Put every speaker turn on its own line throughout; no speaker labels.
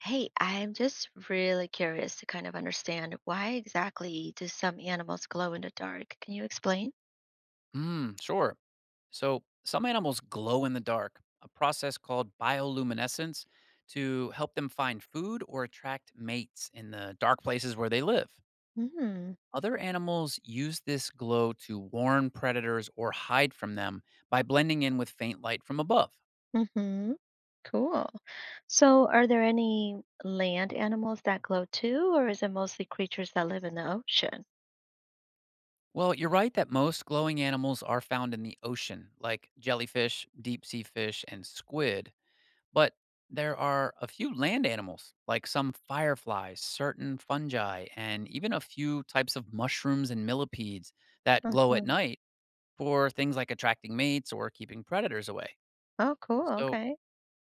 Hey, I'm just really curious to kind of understand why exactly do some animals glow in the dark? Can you explain?
Mm, sure. So, some animals glow in the dark, a process called bioluminescence to help them find food or attract mates in the dark places where they live.
Hmm.
Other animals use this glow to warn predators or hide from them by blending in with faint light from above.
Mm-hmm. Cool. So, are there any land animals that glow too, or is it mostly creatures that live in the ocean?
Well, you're right that most glowing animals are found in the ocean, like jellyfish, deep sea fish, and squid, but there are a few land animals, like some fireflies, certain fungi, and even a few types of mushrooms and millipedes that glow
Uh-huh.
at night for things like attracting mates or keeping predators away.
Oh, cool.
So,
Okay.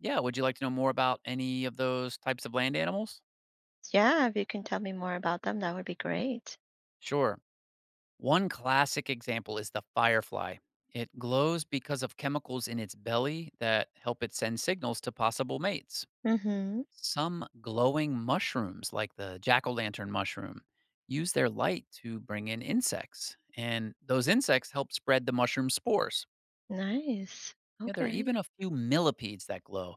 yeah, would you like to know more about any of those types of land animals?
Yeah, if you can tell me more about them, that would be great.
Sure. One classic example is the firefly. It glows because of chemicals in its belly that help it send signals to possible mates.
Mm-hmm.
Some glowing mushrooms, like the jack o' lantern mushroom, use their light to bring in insects, and those insects help spread the mushroom spores.
Nice.
Yeah, there are
Okay.
even a few millipedes that glow.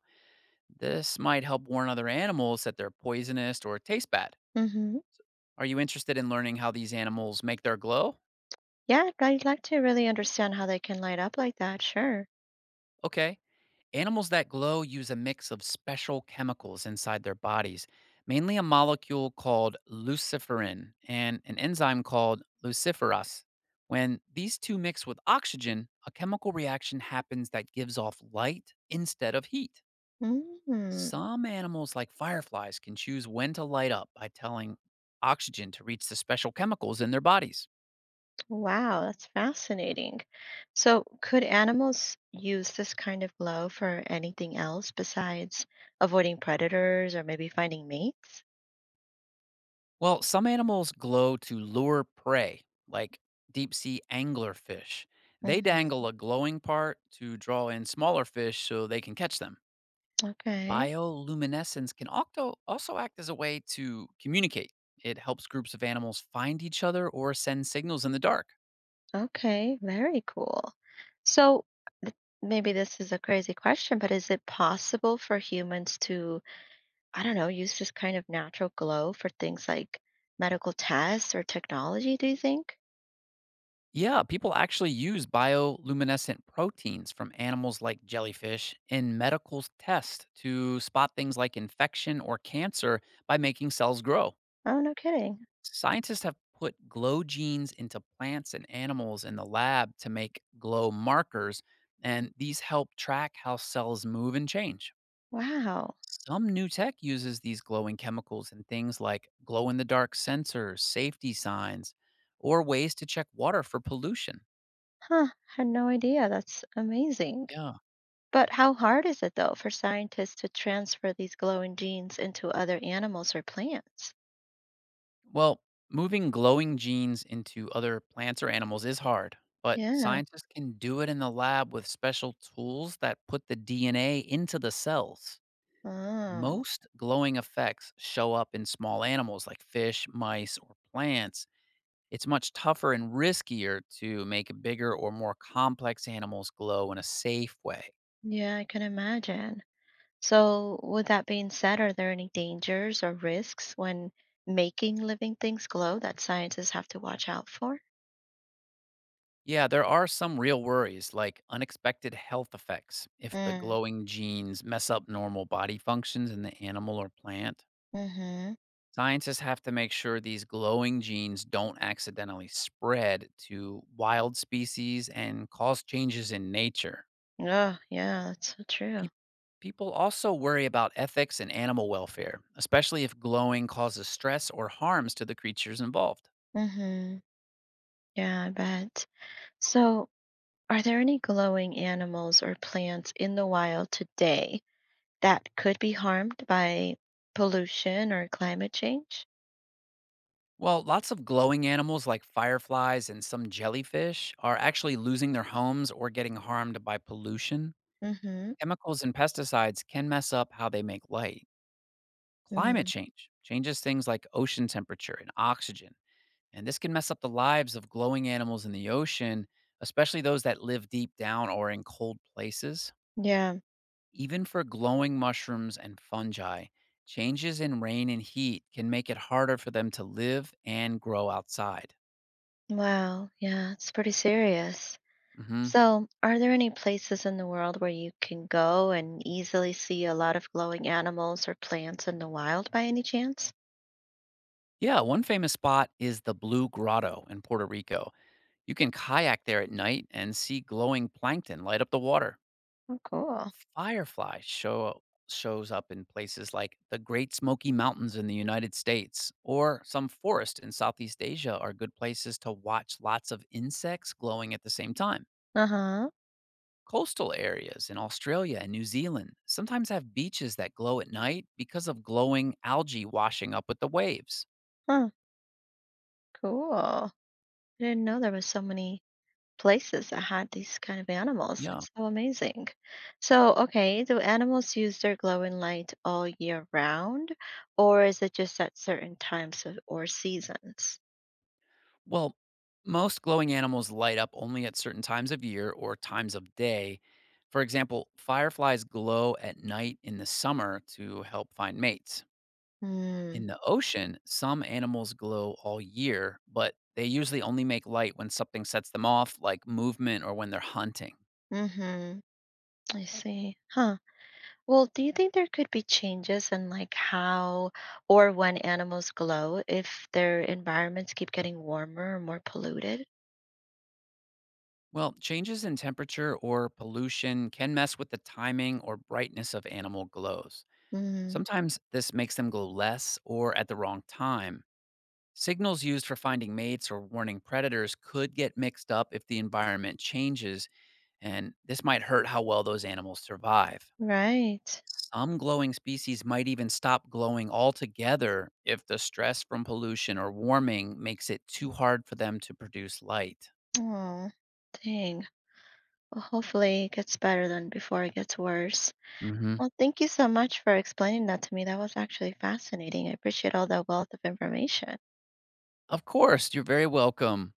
This might help warn other animals that they're poisonous or taste bad.
Mm-hmm.
S- Are you interested in learning how these animals make their glow?
Yeah, I'd like to really understand how they can light up like that. Sure.
Okay. Animals that glow use a mix of special chemicals inside their bodies, mainly a molecule called luciferin and an enzyme called luciferase. When these two mix with oxygen, a chemical reaction happens that gives off light instead of heat.
Mm-hmm.
Some animals, like fireflies, can choose when to light up by telling oxygen to reach the special chemicals in their bodies.
Wow, that's fascinating. So, could animals use this kind of glow for anything else besides avoiding predators or maybe finding mates?
Well, some animals glow to lure prey, like deep sea anglerfish. They
Hmm.
dangle a glowing part to draw in smaller fish so they can catch them.
Okay,
Bioluminescence can also act as a way to communicate. It helps groups of animals find each other or send signals in the dark.
okay, very cool. So, th- maybe this is a crazy question, but is it possible for humans to, I don't know, use this kind of natural glow for things like medical tests or technology, do you think?
Yeah, people actually use bioluminescent proteins from animals like jellyfish in medical tests to spot things like infection or cancer by making cells grow.
Oh, no kidding.
Scientists have put glow genes into plants and animals in the lab to make glow markers, and these help track how cells move and change.
Wow.
Some new tech uses these glowing chemicals in things like glow in the dark sensors, safety signs, or ways to check water for pollution.
Huh, had no idea. That's amazing.
Yeah.
But how hard is it, though, for scientists to transfer these glowing genes into other animals or plants?
Well, moving glowing genes into other plants or animals is hard, but
Yeah.
scientists can do it in the lab with special tools that put the DNA into the cells.
Oh,
Most glowing effects show up in small animals like fish, mice, or plants. It's much tougher and riskier to make bigger or more complex animals glow in a safe way.
yeah, I can imagine. So, with that being said, are there any dangers or risks when making living things glow that scientists have to watch out for?
Yeah, there are some real worries like unexpected health effects if the
Mm,
glowing genes mess up normal body functions in the animal or plant.
mm-hmm.
Scientists have to make sure these glowing genes don't accidentally spread to wild species and cause changes in nature.
Oh, yeah, that's so true.
Peop People also worry about ethics and animal welfare, especially if glowing causes stress or harms to the creatures involved.
Mm-hmm. Yeah, I bet. So, are there any glowing animals or plants in the wild today that could be harmed by pollution or climate change?
Well, lots of glowing animals like fireflies and some jellyfish are actually losing their homes or getting harmed by pollution.
Mm-hmm.
Chemicals and pesticides can mess up how they make light. Climate
Mm.
change changes things like ocean temperature and oxygen, and this can mess up the lives of glowing animals in the ocean, especially those that live deep down or in cold places.
Yeah.
Even for glowing mushrooms and fungi, changes in rain and heat can make it harder for them to live and grow outside.
Wow. Yeah, it's pretty serious.
Hmm.
So, are there any places in the world where you can go and easily see a lot of glowing animals or plants in the wild by any chance?
Yeah, one famous spot is the Blue Grotto in Puerto Rico. You can kayak there at night and see glowing plankton light up the water.
Oh, cool.
Fireflies show Shows up in places like the Great Smoky Mountains in the United States or some forest in Southeast Asia are good places to watch lots of insects glowing at the same time.
Uh-huh.
Coastal areas in Australia and New Zealand sometimes have beaches that glow at night because of glowing algae washing up with the waves.
Huh, cool. I didn't know there was so many places that had these kind of animals.
Yeah.
It's so amazing. So, okay, do animals use their glowing light all year round, or is it just at certain times of, or seasons?
Well, most glowing animals light up only at certain times of year or times of day. For example, fireflies glow at night in the summer to help find mates.
Hmm.
In the ocean, some animals glow all year, but they usually only make light when something sets them off, like movement or when they're hunting.
Mm-hmm. I see. Huh. Well, do you think there could be changes in like how or when animals glow if their environments keep getting warmer or more polluted?
Well, changes in temperature or pollution can mess with the timing or brightness of animal glows.
Mm,
Sometimes this makes them glow less or at the wrong time. Signals used for finding mates or warning predators could get mixed up if the environment changes, and this might hurt how well those animals survive.
right.
Some glowing species might even stop glowing altogether if the stress from pollution or warming makes it too hard for them to produce light.
Oh, dang. Well, hopefully it gets better than before it gets worse.
Hmm.
Well, thank you so much for explaining that to me. That was actually fascinating. I appreciate all that wealth of information.
Of course, you're very welcome.